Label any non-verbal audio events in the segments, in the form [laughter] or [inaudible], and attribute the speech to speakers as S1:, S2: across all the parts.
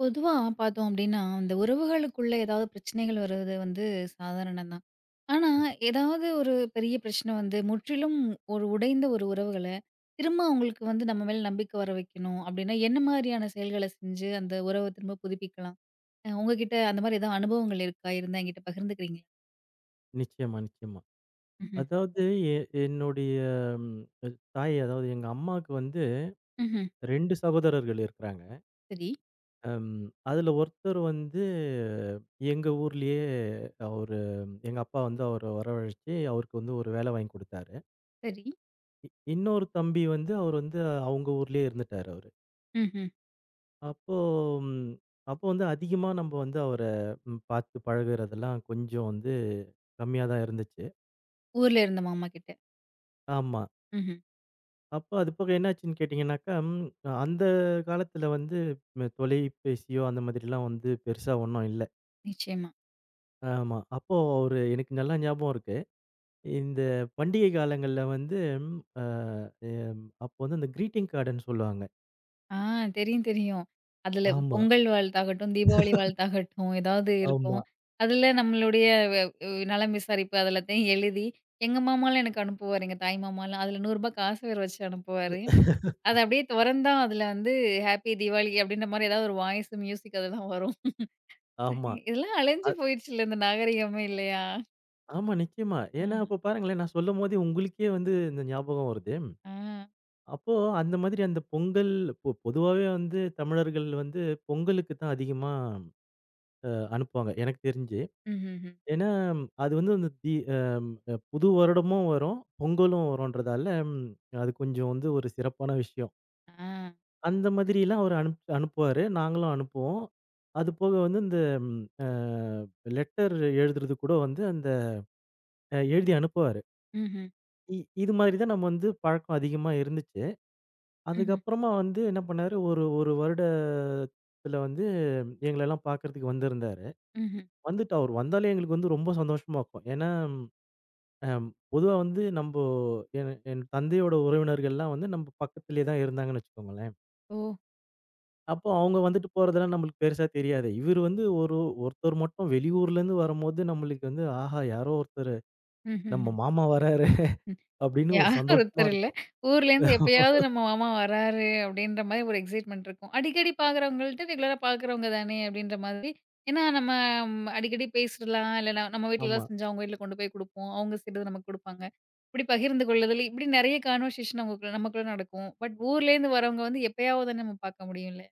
S1: பொதுவா பார்த்தோம் அப்டின்னா, அந்த உறவுகளுக்குள்ள ஏதாவது பிரச்சனைகள் வருவது வந்து சாதாரணம் தான். ஆனா, ஏதாவது ஒரு பெரிய பிரச்சனை வந்து முற்றிலும் ஒரு உடைந்த ஒரு உறவுகள, திரும்ப அவங்களுக்கு வந்து நம்ம மேல நம்பிக்கை வர வைக்கணும் அப்டின்னா, என்ன மாதிரியான செயல்கள செஞ்சு அந்த உறவ திரும்ப புதுப்பிக்கலாம்? உங்ககிட்ட அந்த மாரி ஏதாவது அனுபவங்கள் இருக்கா? இருந்தா என்கிட்ட பகிர்ந்துக்கிறீங்களா?
S2: நிச்சயமா, நிச்சயமா.
S1: ம்ஹ்ம்.
S2: அதாவது எ என்னுடைய ம் தாய், அதாவது எங்க அம்மாவுக்கு வந்து
S1: ம்ஹ்ம்.
S2: 2 சகோதரர்கள் இருக்கிறாங்க.
S1: சரி,
S2: அம் அதுல ஒருத்தர் வந்து எங்க ஊர்லயே அவரு, எங்க அப்பா வந்து அவர வரவழைச்சு, அவருக்கு வந்து ஒரு வேலை வாங்கி குடுத்தாரு.
S1: சரி.
S2: இ இன்னொரு தம்பி வந்து அவர் வந்து அவங்க ஊர்லயே இருந்துட்டாரு அவரு.
S1: ம்ஹ்ம்.
S2: அப்போ ம் அப்போ வந்து அதிகமா நம்ம வந்து அவர பார்த்து பழகுறதெல்லாம் கொஞ்சம் வந்து கம்மியா தான் இருந்துச்சு.
S1: ஊர்ல இருந்த மாமா கிட்ட.
S2: ஆமா.
S1: ம்ஹ்ம்.
S2: அப்ப அது போக என்னாச்சுன்னு கேட்டீங்கன்னாக்கா, அந்த காலத்துல வந்து தொலைபேசியோ அந்த மாதிரிலாம் வந்து பெருசா ஒண்ணும் இல்ல.
S1: நிச்சயமா.
S2: ஆமா. அப்போ ஒரு எனக்கு நல்லா ஞாபகம் இருக்கு. இந்த பண்டிகை காலங்கள்ல வந்து அ எம் அப்போ வந்து அந்த கிரீட்டிங் கார்டுன்னு சொல்லுவாங்க.
S1: ஆ, தெரியும், தெரியும். அதுல
S2: ஆமா,
S1: பொங்கல் வாழ்த்தாகட்டும், தீபாவளி வாழ்த்தாகட்டும் ஏதாவது இருக்கும்.
S2: ஆமா,
S1: அதுல நம்மளுடைய வ வ் நலம் விசாரிப்பு அதுலத்தையும் எழுதி, எங்க மாமாலாம் எனக்கு அனுப்புவாரு. எங்க தாய் மாமாலாம். அதுல ரூ. 100 காசு வேற வச்சு அனுப்புவாரு. அத அப்படியே தொறந்தா அதுல வந்து ஹேப்பி தீபாவளி அப்படின்ற மாரி ஏதாவது ஒரு வாய்ஸ், மியூசிக் அதெல்லாம் வரும்.
S2: ஆமா.
S1: இதெல்லாம்
S2: அ
S1: அழிஞ்சு போயிடுச்சுல்ல இந்த நாகரிகமே இல்லையா?
S2: ஆமா, நிச்சயமா. ஏன்னா
S1: ஆ,
S2: அப்ப பாருங்களேன், நான் சொல்லும்போதே உங்களுக்கே வந்து இந்த ஞாபகம் வருது.
S1: ஆ.
S2: அப்போ அந்த மாதிரி அந்த பொங்கல், பொதுவாவே வந்து தமிழர்கள் வந்து பொங்கலுக்கு தான் அதிகமா அனுப்புவாங்க எனக்கு தெரிஞ்சு.
S1: ம்ஹ்ஹ்ம்.
S2: ஏன்னா அது வந்து அந்த தி அம் அ புது வருடமும் வரும், பொங்கலும் வரும்ன்றதால, அது கொஞ்சம் வந்து ஒரு சிறப்பான விஷயம்.
S1: ஆ.
S2: அந்த மாதிரிலாம் அவரு அனுப்புவாரு. நாங்களும் அனுப்புவோம். அது போக வந்து இந்த ம் அ லெட்டர் எழுதுறது கூட வந்து அந்த எழுதி அனுப்புவாரு.
S1: ம்ஹ்ம்.
S2: இ இது மாதிரி தான் நம்ம வந்து பழக்கம் அதிகமா இருந்துச்சு.
S1: ம்ஹ்ம்.
S2: அதுக்கப்புறமா வந்து என்ன பண்ணாரு, ஒரு ஒரு வருடத்துல வந்து எங்களெல்லாம் பார்க்கறதுக்கு வந்திருந்தாரு.
S1: ம்ஹ்ம்.
S2: வந்துட்டு அவரு வந்தாலே எங்களுக்கு வந்து ரொம்ப சந்தோஷமா இருக்கும். ஏன்னா அம் பொதுவா வந்து என் என் தந்தையோட உறவினர்கள்லாம் வந்து நம்ப பக்கத்திலேயே தான் இருந்தாங்கன்னு வச்சுக்கோங்களேன்.
S1: ஓ!
S2: அப்போ அவங்க வந்துட்டு போறதெல்லாம் நம்மளுக்கு பெருசா தெரியாது. இவரு வந்து ஒரு, ஒருத்தர் மட்டும் வெளியூர்லேருந்து வரும்போது நம்மளுக்கு வந்து, "ஆஹா, யாரோ ஒருத்தரு,
S1: ம்ஹ்ஹ்ம்.
S2: நம்ம மாமா வராரு" அப்படின்னு ஒரு
S1: யாரும் [laughs]
S2: சந்தோஷமா
S1: ஒருத்தர் இல்ல.
S2: இருக்கும்.
S1: ஊர்லேருந்து எப்பயாவது நம்ம மாமா வராரு அப்படின்ற மாரி ஒரு எக்ஸைட்மென்ட் இருக்கும். அடிக்கடி பார்க்குறவங்கள்ட்ட ரெகுலரா பார்க்குறவங்க தானே அப்படின்ற மாதிரி. ஏன்னா நம்ம ம் அடிக்கடி பேசிடலாம். இல்ல நம்ம வீட்ல
S2: ஆமா,
S1: எதாவது செஞ்சு அவங்க வீட்ல கொண்டு போய் குடுப்போம். அவங்க செய்றது நமக்கு குடுப்பாங்க. இப்படி பகிர்ந்து கொள்ளுதல், இப்படி நெறைய கான்வர்சேஷன் அவங்களுக்குள்ள நமக்குள்ள நடக்கும். பட் ஊர்லேருந்து வரவங்க வந்து எப்பயாவது தானே நம்ம பார்க்க முடியும்ல.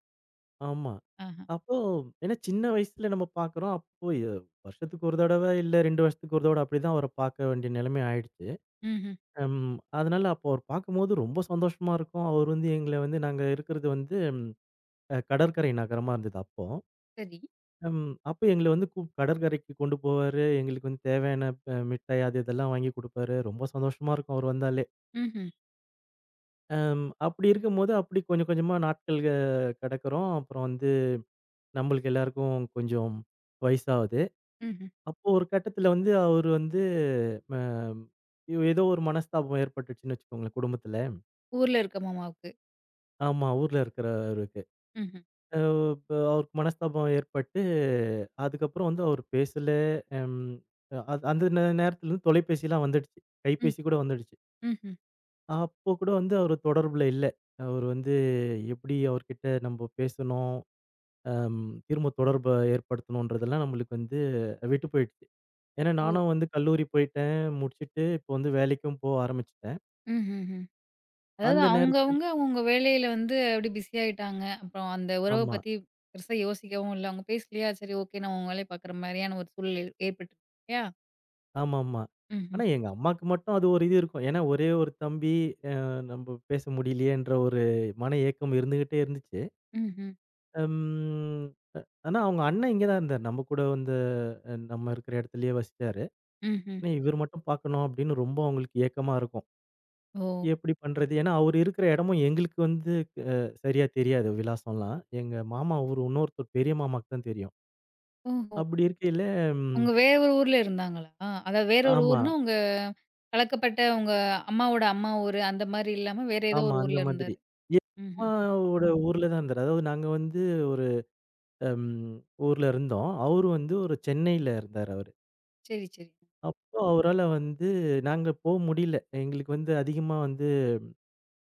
S2: ஆமா.
S1: ஆஹா.
S2: அப்போ ஏன்னா சின்ன வயசுல நம்ம பார்க்குறோம். அப்போ வருஷத்துக்கு ஒரு தடவ, இல்ல 2 வருஷத்துக்கு ஒரு தடவ, அப்படிதான் அவர பார்க்க வேண்டிய நிலைமை ஆயிடுச்சு.
S1: ம்ஹ்ம்.
S2: அம் அதனால அப்போ அவர பார்க்கும்போது ரொம்ப சந்தோஷமா இருக்கும். அவர் வந்து எங்கள வந்து, நாங்க இருக்கிறது வந்து கடற்கரை நகரமா இருந்தது அப்போ.
S1: சரி.
S2: அப்ப எங்கள வந்து கடற்கரைக்கு கொண்டு போவாரு. எங்களுக்கு வந்து தேவையான மிட்டாய் அது இதெல்லாம் வாங்கி குடுப்பாரு. ரொம்ப சந்தோஷமா இருக்கும் அவரு வந்தாலே.
S1: ம்ஹ்ம்.
S2: அப்படி இருக்கும்போது அப்படி கொஞ்சம் கொஞ்சமா நாட்கள் கடக்கிறோம். அப்புறம் வந்து நம்மளுக்கு எல்லாருக்கும் கொஞ்சம் வயசாகுது.
S1: ம்ஹ்ம்.
S2: அப்போ ஒரு கட்டத்தில வந்து அவரு வந்து ம ஏதோ ஒரு மனஸ்தாபம் ஏற்பட்டுச்சுன்னு வச்சுக்கோங்களேன் குடும்பத்தில.
S1: ஊர்ல இருக்க மாமாவுக்கு.
S2: ஆமா, ஊர்ல இருக்கிறவருக்கு.
S1: ம்ஹ்ம்.
S2: அ இப்ப அவருக்கு மனஸ்தாபம் ஏற்பட்டு, அதுக்கப்புறம் வந்து அவர் பேசல. அம் அது அந்த நேரத்துல வந்து தொலைபேசிலாம் வந்துடுச்சு.
S1: ம்.
S2: கைபேசி கூட வந்துடுச்சு.
S1: ம்ஹ்ம்.
S2: அப்போ கூட வந்து அவரு தொடர்புல இல்ல. அவரு வந்து எப்படி அவர்கிட்ட நம்ம பேசணும், அம் திரும்ப தொடர்ப ஏற்படுத்தணுன்றதெல்லாம் நம்மளுக்கு வந்து விட்டு போயிடுச்சு. ஏன்னா
S1: ஓ!
S2: நானும் வந்து கல்லூரி போயிட்டேன், முடிச்சுட்டு இப்போ வந்து வேலைக்கும் போக ஆரம்பிச்சுட்டேன்.
S1: ம்ஹ்ஹ்ம். அதாவது
S2: அந்த நேரத்துல
S1: அவங்க வேலையில வந்து அப்படி பிஸி ஆயிட்டாங்க. அப்புறம் அந்த உறவ
S2: ஆமா.
S1: பத்தி பெருசா யோசிக்கவும் இல்ல. அவங்க பேசலயா, சரி ஓகே நம்ம அவங்க வேலைய பாக்குற மாரியான ஒரு சூழ்நிலை ஏற்பட்டுருச்சு இல்லையா?
S2: ஆமாமா.
S1: ம்ஹ்ம்.
S2: ஆனா எங்க அம்மாக்கு மட்டும் அது ஒரு இது இருக்கும். ஏன்னா ஒரே ஒரு தம்பி, அ நம்ப பேச முடியலையேன்ற ஒரு மன ஏக்கம் இருந்துகிட்டே இருந்துச்சு.
S1: ம்ஹ்ம்.
S2: ம். ஆனா அவங்க அண்ணன் இங்க தான் இருந்தாரு. நம்ம கூட வந்து நம்ம இருக்கிற இடத்துலயே வசிச்சாரு.
S1: ம்ஹ்ம்.
S2: ஆனா இவரு மட்டும் பார்க்கணும் அப்படின்னு ரொம்ப அவங்களுக்கு ஏக்கமா இருக்கும்.
S1: ஓ!
S2: எப்படி பண்றது? ஏன்னா அவரு இருக்கிற இடமும் எங்களுக்கு வந்து அ சரியா தெரியாது விலாசம்லாம். எங்க மாமா ஊரு, இன்னொருத்தர் பெரிய மாமாக்கு தான் தெரியும்.
S1: ஓஹோ!
S2: அப்படி இருக்கையில, ம்.
S1: அவங்க வேற ஒரு ஊர்ல இருந்தாங்களா? அதாவது வேற ஒரு
S2: ஆமா.
S1: ஊர்னா, உங்க கலக்கப்பட்ட உங்க அம்மாவோட அம்மா ஊரு அந்த மாரி இல்லாம வேற ஏதோ
S2: ஆமா,
S1: ஒரு
S2: அந்த
S1: ஊர்ல
S2: மாதிரி.
S1: இருந்தாரு.
S2: என்
S1: ம்ஹ்ம்.
S2: அம்மாவோட ஊர்ல தான் இருந்தாரு. அதாவது நாங்க வந்து ஒரு அம் ஊர்ல இருந்தோம். அவரு வந்து ஒரு சென்னையில இருந்தாரு அவரு.
S1: சரி, சரி.
S2: அப்போ அவரால வந்து நாங்க போ முடியல. எங்களுக்கு வந்து அதிகமா வந்து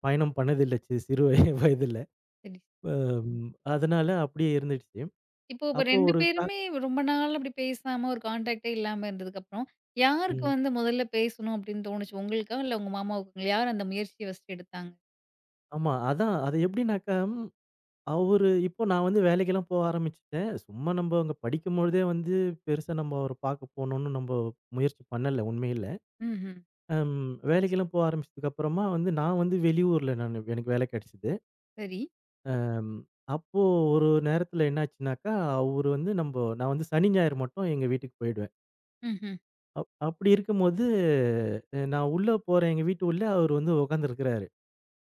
S2: பயணம் பண்ணதில்ல, சிறு [laughs] வயதுல.
S1: சரி.
S2: அம் அதனால அப்படியே இருந்துடுச்சு.
S1: இப்ப
S2: அப்போ
S1: 2
S2: ஒரு க
S1: பேருமே ரொம்ப நாள் அப்படி பேசாம ஒரு கான்டாக்ட்டே இல்லாம இருந்ததுக்கப்புறம், யாருக்கு
S2: ம்.
S1: வந்து முதல்ல பேசணும் அப்படின்னு தோணுச்சு? உங்களுக்கா? இல்ல உங்க மாமாவுக்குங்களா? யார் அந்த முயற்சிய ஃபர்ஸ்ட் எடுத்தாங்க?
S2: ஆமா. அதான் அது எப்படின்னாக்கா, அவரு, இப்போ நான் வந்து வேலைக்கெல்லாம் போக ஆரம்பிச்சுட்டேன். சும்மா நம்ப அங்க படிக்கும்பொழுதே வந்து பெருசா நம்ம அவர பார்க்க போணும்னு நம்ப முயற்சி பண்ணல உண்மையில.
S1: ம்ஹ்ம்.
S2: அம் வேலைக்கெல்லாம் போக ஆரம்பிச்சதுக்கு அப்புறமா வந்து நான் வந்து வெளியூர்ல, எனக்கு வேலை கிடைச்சது.
S1: சரி.
S2: அம் அப்போ ஒரு நேரத்துல என்னாச்சுனாக்கா, அவரு வந்து, நம்ப நான் வந்து சனி, ஞாயிறு மட்டும் எங்க வீட்டுக்கு போயிடுவேன்.
S1: ம்ஹ்ம்.
S2: அப்படி இருக்கும்போது நான் உள்ள போறேன், எங்க வீட்டு உள்ள அவரு வந்து உட்காந்துருக்கிறாரு.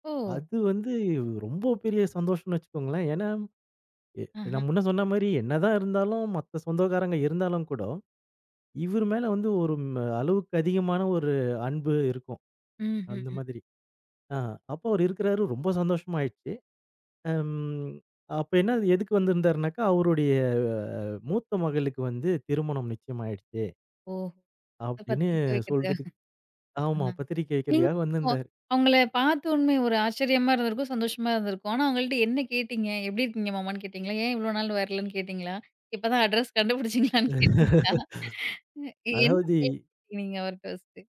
S1: ஓ!
S2: அது வந்து ரொம்ப பெரிய சந்தோஷம்னு வச்சுக்கோங்களேன். ஏன்னா எ
S1: ஆஹ.
S2: நான் முன்ன சொன்ன மாரி, என்னதான் இருந்தாலும் மத்த சொந்தக்காரங்க இருந்தாலும் கூட, இவரு மேல வந்து ஒரு அளவுக்கு அதிகமான ஒரு அன்பு இருக்கும். அந்த
S1: ம்ஹ்ம்.
S2: மாதிரி. ஆ அப்போ அவரு இருக்கிறாரு. ரொம்ப சந்தோஷமாயிடுச்சு. அம். அப்ப என்ன எதுக்கு வந்திருந்தாருனாக்கா, அவருடைய மூத்த மகளுக்கு வந்து திருமணம் நிச்சயமாயிடுச்சு
S1: ஓஹோ! அத
S2: அப்படின்னு
S1: பத்திரிக்க
S2: சொல்றதுக்கு,
S1: வைக்கிறதுக்காக.
S2: ஆமா,
S1: ஆஹ.
S2: பத்திரிக்கை
S1: நீங்க
S2: வைக்கிறதுக்காக
S1: ஓ,
S2: வந்திருந்தாரு.
S1: அவங்கள பார்த்தோனமே ஒரு ஆச்சரியமா இருந்திருக்கும், சந்தோஷமா இருந்திருக்கும். ஆனா அவங்கள்ட்ட என்ன கேட்டீங்க? "எப்படி இருக்கீங்க மாமான்னு?" கேட்டீங்களா? "ஏன் இவ்வளோ நாள் வரலன்னு?" கேட்டீங்களா? இப்பதான் அட்ரஸ் கண்டுபிடிச்சீங்களான்னு கேட்டீங்களா? [laughs] என்ன
S2: அதாவது
S1: கேள்வி கேட்டீங்க நீங்க அவர்ட்ட ஃபர்ஸ்ட்டு?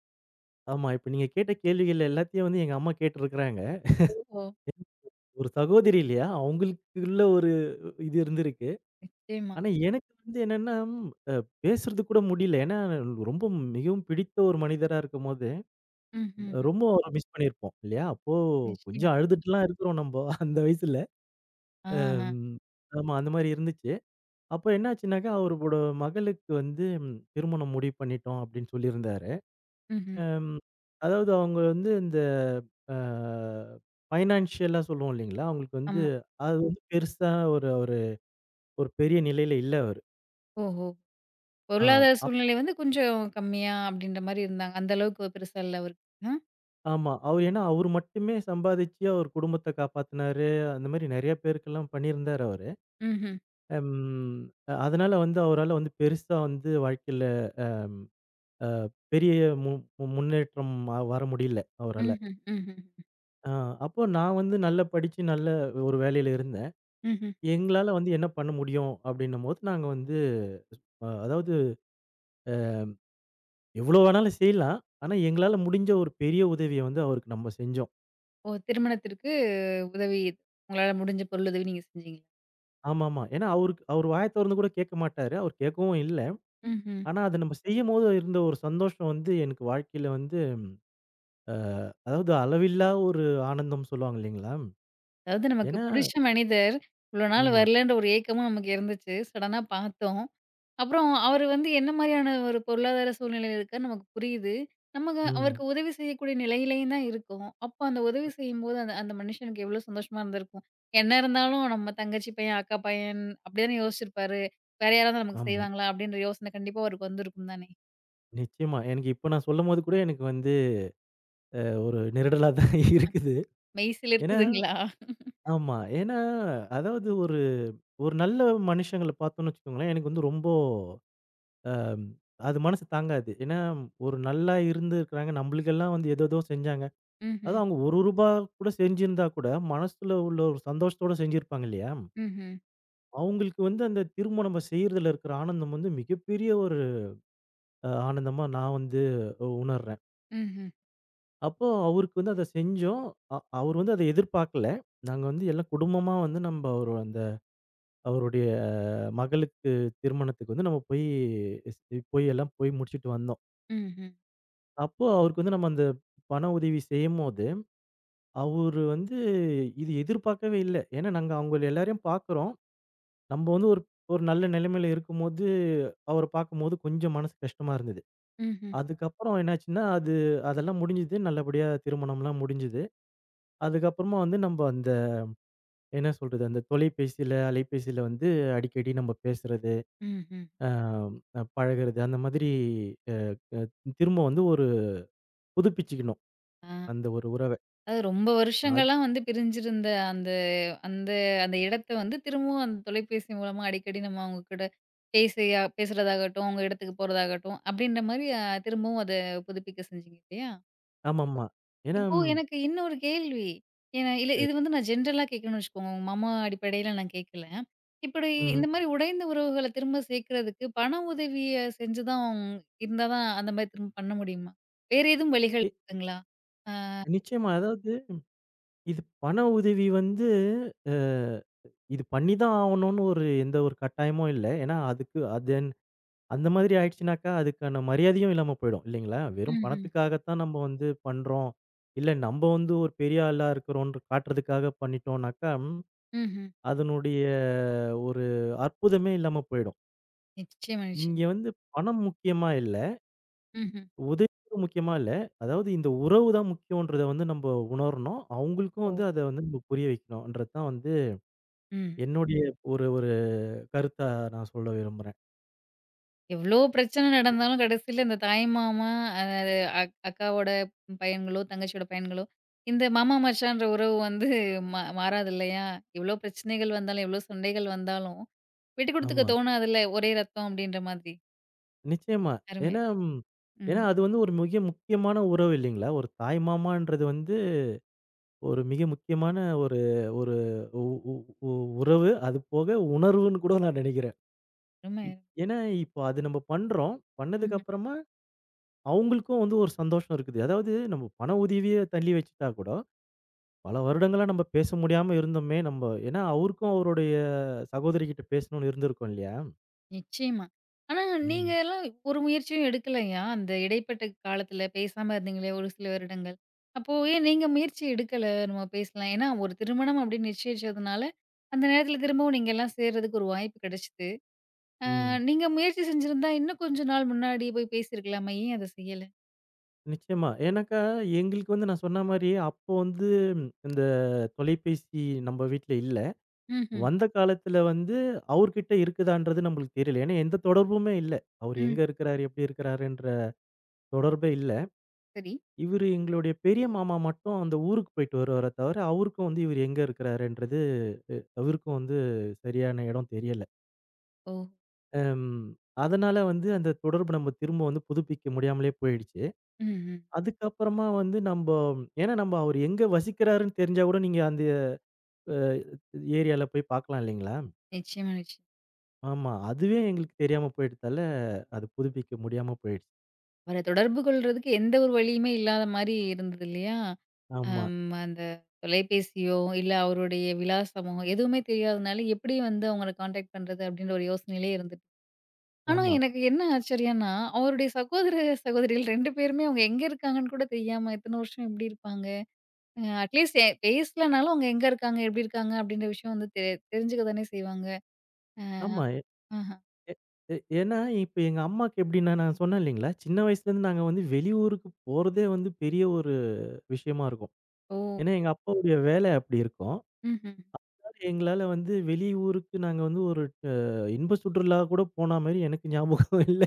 S2: ஆமா, இப்ப நீங்க கேட்ட கேள்விகள் எல்லாத்தையும் வந்து எங்க அம்மா கேட்டுருக்கிறாங்க.
S1: ஓஹோ!
S2: ஒரு சகோதரி இல்லையா? அவங்களுக்குள்ள ஒரு இது இருந்திருக்கு.
S1: நிச்சயமா.
S2: ஆனா எனக்கு வந்து என்னன்னா, அ பேசுறது கூட முடியல. ஏன்னா ரொம்ப, மிகவும் பிடித்த ஒரு மனிதரா இருக்கும்போது,
S1: ம்ஹ்ஹ்ம்.
S2: ரொம்ப மிஸ் பண்ணியிருப்போம் இல்லையா? அப்போ
S1: நிச்சயமா.
S2: கொஞ்சம் அழுதுட்டுலாம் இருக்கிறோம் நம்ப அந்த வயசுல.
S1: ஆஹா.
S2: ம். ஆமா. அந்த மாரி இருந்துச்சு. அப்ப என்னாச்சுன்னாக்கா, அவரோட மகளுக்கு வந்து, திருமணம் முடிவு பண்ணிட்டோம் அப்படின்னு சொல்லியிருந்தாரு.
S1: ம்ஹ்ம்.
S2: அம். அதாவது அவங்க வந்து இந்த அ ஃபைனான்ஷியலா சொல்லுவோம் இல்லைங்களா? அவங்களுக்கு வந்து
S1: ஆமா.
S2: அது வந்து பெருசா, ஒரு ஒரு ஒரு பெரிய நிலையில இல்ல அவரு.
S1: ஓஹோ!
S2: ஆ.
S1: பொருளாதார
S2: அப்
S1: சூழ்நிலை வந்து கொஞ்சம் கம்மியா அப்படின்ற மாரி இருந்தாங்க. அந்த அளவுக்கு பெருசா இல்ல அவருக்கு. அ.
S2: ஆமா. அவரு, ஏன்னா அவரு மட்டுமே சம்பாதிச்சு அவர் குடும்பத்த காப்பாத்துனாரு. அந்த மாரி நெறைய பேருக்கெல்லாம் பண்ணியிருந்தாரு அவரு.
S1: ம்ஹ்ம்.
S2: அம். அதனால வந்து அவரால வந்து பெருசா வந்து வாழ்க்கையில அ பெரிய மு மு- முன்னேற்றம் வர முடியல அவரால.
S1: ம்ஹ்ம். ம்ஹ்ம்.
S2: அ அப்போ நான் வந்து நல்லா படிச்சு நல்ல ஒரு வேலையில இருந்தேன்.
S1: ம்ஹ்ம்.
S2: எங்களால வந்து என்ன பண்ண முடியும் அப்படின்னும்போது, நாங்க வந்து அதாவது எவ்வளோ வேணாலும் செய்யலாம். ஆனா எங்களால முடிஞ்ச ஒரு பெரிய உதவிய வந்து அவருக்கு நம்ம செஞ்சோம்.
S1: ஓ! திருமணத்திற்கு உதவி உங்களால முடிஞ்ச பொருளுதவி நீங்க செஞ்சீங்க.
S2: ஆமாமா. ஏன்னா அவருக்கு, அவர் வாய தொறந்து கூட கேட்க மாட்டாரு. அவர் கேட்கவும் இல்ல.
S1: ம்ஹ்ம்.
S2: ஆனா அத நம்ம செய்யும்போது இருந்த ஒரு சந்தோஷம் வந்து எனக்கு வாழ்க்கையில வந்து அ அதாவது அளவில்லா ஒரு ஆனந்தம் சொல்லுவாங்க இல்லைங்களா?
S1: அதாவது நமக்கு
S2: ஏன்னா
S1: புடிச்ச மனிதர் இவ்வளோ நாள்
S2: ஆமா.
S1: வரலன்ற ஒரு ஏக்கமும் நமக்கு இருந்துச்சு. சடனா பார்த்தோம். அப்புறம் அவரு வந்து என்ன மாரியான ஒரு பொருளாதார சூழ்நிலையில இருக்காருன்னு நமக்கு புரியுது. நமக்கு
S2: ம்.
S1: அவருக்கு உதவி செய்யக்கூடிய நிலையிலேயும் தான் இருக்கோம். அப்போ அந்த உதவி செய்யும்போது அந்த அந்த மனுஷனுக்கு எவ்ளோ சந்தோஷமா இருந்திருக்கும். என்ன இருந்தாலும் நம்ம தங்கச்சி பையன், அக்கா பையன் அப்படி தானே யோசிச்சிருப்பாரு. வேற யாராவது நமக்கு
S2: ஆமா.
S1: செய்வாங்களா? அப்படின்ற யோசனை கண்டிப்பா அவருக்கு வந்திருக்கும் தானே!
S2: நிச்சயமா. எனக்கு இப்ப நான் சொல்லும்போது கூட எனக்கு வந்து அ ஒரு நெருடலா தான் [laughs] இருக்குது. ஏன்னா
S1: மெய்சிலிர்க்குதுங்களா?
S2: ஆமா. ஏன்னா அதாவது ஒரு ஒரு நல்ல மனுஷங்கள பார்த்தோம்னு வச்சுக்கோங்களேன், எனக்கு வந்து ரொம்ப அம் அது மனசு தாங்காது. ஏன்னா ஒரு நல்லா இருந்திருக்கிறாங்க. நம்மளுக்கெல்லாம் வந்து ஏதேதோ செஞ்சாங்க.
S1: ம்ஹ்ம்.
S2: அதுவும் அவங்க ரூ. 1 கூட செஞ்சிருந்தா கூட மனசுல உள்ள ஒரு சந்தோஷத்தோட செஞ்சிருப்பாங்க இல்லையா?
S1: ம்ஹ்ம்.
S2: அவங்களுக்கு வந்து அந்த திரும்ப நம்ம செய்றதுல இருக்கிற ஆனந்தம் வந்து மிகப்பெரிய ஒரு ஆனந்தமா நான் வந்து உணர்றேன்.
S1: ம்ஹ்ம்.
S2: அப்போ அவருக்கு வந்து அத செஞ்சோம். அவரு வந்து அத எதிர்பார்க்கல. நாங்க வந்து எல்லாம் குடும்பமா வந்து நம்ப ஒரு அந்த அவருடைய மகளுக்கு திருமணத்துக்கு வந்து, நம்ம போய் ஸ் போய் எல்லாம் போய் முடிச்சுட்டு வந்தோம்.
S1: ம்ஹ்ம்.
S2: அப்போ அவருக்கு வந்து நம்ம அந்த பண உதவி செய்யும்போது, அவரு வந்து இது எதிர்பார்க்கவே இல்ல. ஏன்னா நாங்க அவங்கள எல்லாரையும் பார்க்குறோம். நம்ப வந்து ஒரு, ஒரு நல்ல நிலைமையில இருக்கும்போது, அவர பார்க்கும்போது கொஞ்சம் மனசு கஷ்டமா இருந்தது.
S1: ம்ஹ்ம்.
S2: அதுக்கப்புறம் என்னாச்சுன்னா, அது அதெல்லாம் முடிஞ்சுது. நல்லபடியா திருமணம்லாம் முடிஞ்சுது. அதுக்கப்புறமா வந்து நம்ப அந்த, என்ன சொல்றது, அந்த தொலைபேசியில, அலைபேசியில வந்து அடிக்கடி நம்ம பேசுறது,
S1: ம்ஹ்ம். ம்ஹ்ம்.
S2: அ பழகுறது, அந்த மாதிரி அ அ திரும்ப வந்து ஒரு புதுப்பிச்சுக்கணும்,
S1: ஆ.
S2: அந்த ஒரு உறவ.
S1: அது ரொம்ப
S2: அது
S1: வருஷங்களா வந்து பிரிஞ்சிருந்த அந்த அந்த அந்த இடத்த வந்து திரும்பவும் அந்த தொலைபேசி மூலமா அடிக்கடி நம்ம அவங்க கூட பேசியா பேசுறதாகட்டும், அவங்க இடத்துக்கு போறதாகட்டும் அப்படின்ற மாரி அ திரும்பவும் அத புதுப்பிக்க செஞ்சீங்க இல்லையா?
S2: ஆமாமா. ஏன்னா
S1: இப்போ எனக்கு இன்னொரு கேள்வி. ஏன்னா இல்ல
S2: சரி.
S1: இது வந்து நான் ஜென்ரலா கேட்கணும்னு வச்சுக்கோங்க. உங்க மாமா அடிப்படையில நான் கேட்கல. இப்படி இந்த
S2: ம்.
S1: மாரி உடைந்த உறவுகள திரும்ப சேர்க்கறதுக்கு பண உதவிய செஞ்சு தான் இருந்தா தான் அந்த மாரி திரும்ப பண்ண முடியுமா? வேற எதுவும் வழிகள்
S2: எ
S1: இருக்குங்களா?
S2: நிச்சயமா. அதாவது இது பண உதவி வந்து, அ இது பண்ணி தான் ஆவணும்னு ஒரு எந்த ஒரு கட்டாயமும் இல்ல. ஏன்னா அதுக்கு அது அந்த மாதிரி ஆயிடுச்சுனாக்கா, அதுக்கான மரியாதையும் இல்லாம போயிடும். இல்லைங்களா? வெறும்
S1: ம்ஹ்ம். ம்ஹ்ம்.
S2: பணத்துக்காகத்தான் நம்ம வந்து பண்றோம். இல்ல நம்ப வந்து ஒரு பெரிய ஆளா இருக்கிறோம்ன்னு காட்டுறதுக்காக பண்ணிட்டோம்னாக்கா,
S1: ம்ஹ்ம்.
S2: அதனுடைய ஒரு அற்புதமே இல்லாம போயிடும்.
S1: நிச்சயமா,
S2: இங்க
S1: நிச்சயமா.
S2: வந்து பணம் முக்கியமா இல்ல.
S1: ம்ஹ்ம்.
S2: உதவி முக்கியமா இல்ல. அதாவது இந்த உறவு தான் முக்கியம்ன்றத வந்து நம்ப உணரணும். அவங்களுக்கும்
S1: ஓ!
S2: வந்து அத வந்து நம்ம புரிய வைக்கணும்ன்றது தான் வந்து
S1: ம்.
S2: என்னுடைய ஒரு, ஒரு கருத்தா நான் சொல்ல விரும்புறேன்.
S1: எவ்ளோ பிரச்சனை நடந்தாலும் கடைசில இந்த தாய் மாமா, அ அக் அக்காவோட பையன்களோ, தங்கச்சியோட பையன்களோ, இந்த மாமா மச்சான்ற உறவு வந்து மாறாது இல்லையா? எவ்ளோ பிரச்சனைகள் வந்தாலும், எவ்ளோ சண்டைகள் வந்தாலும், விட்டு குடுத்துக்க
S2: ஆமா.
S1: தோணாதுல்ல. ஒரே ரத்தம் அப்டின்ற மாதிரி.
S2: நிச்சயமா.
S1: அருமை.
S2: ஏன்னா ஏன்னா
S1: ம்ஹ்ம்.
S2: அது வந்து ஒரு மிக முக்கியமான உறவு இல்லைங்களா? ஒரு தாய் மாமான்றது வந்து ஒரு மிக முக்கியமான ஒரு, ஒரு உ உ உ உறவு. அது போக உணர்வுன்னு கூட நான் நெனைக்கிறேன்.
S1: அருமை.
S2: இப் ஏன்னா இப்போ அது நம்ம பண்றோம். பண்ணதுக்கு அப்புறமா அவங்களுக்கும் வந்து ஒரு சந்தோஷம் இருக்குது. அதாவது நம்ம பண உதவிய தள்ளி வச்சுட்டா கூட, பல வருடங்களா நம்ம பேச முடியாம இருந்தோமே! நம்ப, ஏன்னா அவருக்கும் அவருடைய சகோதரிகிட்ட பேசணும்னு இருந்திருக்கும் இல்லையா?
S1: நிச்சயமா. ஆனா நீங்க
S2: ம்.
S1: எல்லாம் ஒரு முயற்சியும் எடுக்கலையா? அந்த இடைப்பட்ட காலத்துல பேசாம இருந்தீங்களே ஒரு சில வருடங்கள். அப்போ ஏன் நீங்க முயற்சி எடுக்கல? நம்ம பேசலாம். ஏன்னா ஒரு திருமணம் அப்படின்னு நிச்சயிச்சதுனால, அந்த நேரத்துல திரும்பவும் நீங்க எல்லாம் சேர்றதுக்கு ஒரு வாய்ப்பு கிடைச்சது. அ
S2: ம்.
S1: நீங்க முயற்சி செஞ்சிருந்தா இன்னும் கொஞ்ச நாள் முன்னாடி போய் பேசியிருக்கலாமே! ஏன் அத செய்யல?
S2: நிச்சயமா. ஏன்னாக்கா, எங்களுக்கு வந்து நான் சொன்ன மாரி, அப்போ வந்து இந்த தொலைபேசி நம்ம வீட்ல இல்ல.
S1: ம்ஹ்ம்.
S2: வந்த காலத்துல வந்து அவர்கிட்ட இருக்குதான்றது நம்மளுக்கு தெரியல. ஏன்னா, எந்த தொடர்புமே இல்ல. அவரு
S1: ம்.
S2: எங்க இருக்கிறாரு, எப்படி இருக்கிறாருன்ற தொடர்பே இல்ல.
S1: சரி.
S2: இவரு, எங்களுடைய பெரிய மாமா மட்டும் அந்த ஊருக்கு போயிட்டு வருவாரே தவிர, அவருக்கும் வந்து இவரு எங்க இருக்கிறாருன்றது அவருக்கும் வந்து சரியான இடம் தெரியல.
S1: ஓ!
S2: அம் அதனால வந்து அந்த தொடர்பு நம்ம திரும்ப வந்து புதுப்பிக்க முடியாமலே போயிடுச்சு.
S1: ம், ம்.
S2: அதுக்கப்புறமா வந்து நம்ப, ஏன்னா நம்ப அவரு எங்க வசிக்கிறாருன்னு தெரிஞ்சா கூட நீங்க அந்த அ ஏரியால போய் பார்க்கலாம் இல்லைங்களா?
S1: நிச்சயமா, நிச்சயமா.
S2: ஆமா. அதுவே எங்களுக்கு தெரியாம போயிட்டதால, அது புதுப்பிக்க முடியாம போயிடுச்சு.
S1: அவர தொடர்பு கொள்றதுக்கு எந்த ஒரு வழியுமே இல்லாத மாரி இருந்தது இல்லையா?
S2: ஆமா,
S1: அம் அந்த தொலைபேசியோ, இல்ல அவருடைய விலாசமோ எதுவுமே தெரியாதனால எப்படி வந்து அவங்கள கான்டாக்ட் பண்றது அப்படின்ற ஒரு யோசனையிலே இருந்துட்டு. ஆனா
S2: ஆமா,
S1: எனக்கு என்ன ஆச்சரியம்னா, அவருடைய சகோதர, சகோதரிகள் 2 பேருமே அவங்க எங்க இருக்காங்கன்னு கூட தெரியாம இத்தன வருஷம் எப்படி இருப்பாங்க? அ அட்லீஸ்ட் பேசலனாலும் அவங்க எங்க இருக்காங்க, எப்படி இருக்காங்க அப்படின்ற விஷயம் வந்து தெரிஞ்சுக்க தானே செய்வாங்க. அ
S2: ஆமா. எ
S1: ஆஹா.
S2: எ ஏன்னா இப்ப எங்க அம்மாக்கு எப்படின்னா நான் சொன்னேன் இல்லைங்களா? சின்ன வயசுலேருந்து நாங்க வந்து வெளியூருக்கு போறதே வந்து பெரிய ஒரு விஷயமா இருக்கும்.
S1: ஓ!
S2: ஏன்னா எங்க அப்பாவுடைய வேலை அப்படி இருக்கும்.
S1: ம்ஹ்ம்.
S2: அதனால எங்களால வந்து வெளியூருக்கு நாங்க வந்து ஒரு அ இன்ப சுற்றுலா கூட போன மாரி எனக்கு ஞாபகம் இல்ல.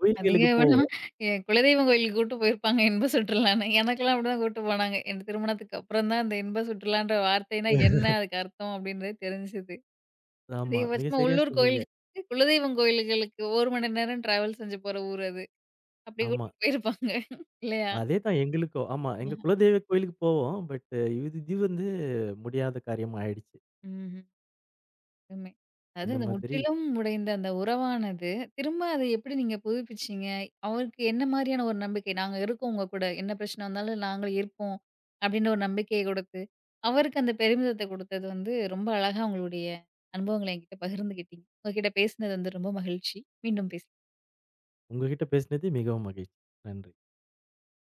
S2: கோயில்களுக்கு
S1: அதிகபட்சம்
S2: போவோம்.
S1: என் குலதெய்வம் கோயிலுக்கு கூட்டு போயிருப்பாங்க இன்ப சுற்றுலான்னு. எனக்கெல்லாம் அப்படிதான் கூட்டு போனாங்க. என் திருமணத்துக்கு அப்புறம் தான் அந்த இன்ப சுற்றுலான்ற வார்த்தைன்னா என்ன? அதுக்கு அர்த்தம் அப்படின்றது தெரிஞ்சுது.
S2: ஆமா, மிக
S1: அதிகபட்சமா
S2: சரியா
S1: உள்ளூர்
S2: சொன்னீங்க.
S1: கோயிலுக்கு குலதெய்வம் கோயில்களுக்கு 1 மணி நேரம் டிராவல் செஞ்சு போற ஊர் அது. அப்படி
S2: ஆமா.
S1: கூட்டிட்டு போயிருப்பாங்க இல்லையா?
S2: அதேதான் எங்களுக்கும். ஆமா. எங்க குலதெய்வ கோயிலுக்கு போவோம். பட் இது இது வந்து முடியாத காரியமா ஆயிடுச்சு.
S1: ம்ஹ்ம். உண்மை. அதாவது
S2: அந்த
S1: அந்த
S2: மாதிரி
S1: முற்றிலும் உடைந்த அந்த உறவானது, திரும்ப அதை எப்படி நீங்க புதுப்பிச்சீங்க? அவருக்கு என்ன மாரியான ஒரு நம்பிக்கை? "நாங்க இருக்கோம் உங்க கூட. என்ன பிரச்சனை வந்தாலும் நாங்க இருப்போம்." அப்படின்ற ஒரு நம்பிக்கைய குடுத்து, அவருக்கு அந்த பெருமிதத்த குடுத்தது வந்து ரொம்ப அழகா உங்களுடைய அனுபவங்கள என்கிட்ட பகிர்ந்துக்கிட்டீங்க. உங்ககிட்ட பேசினது வந்து ரொம்ப மகிழ்ச்சி. மீண்டும் பேசலாம்.
S2: உங்ககிட்ட பேசினது மிகவும் மகிழ்ச்சி. நன்றி.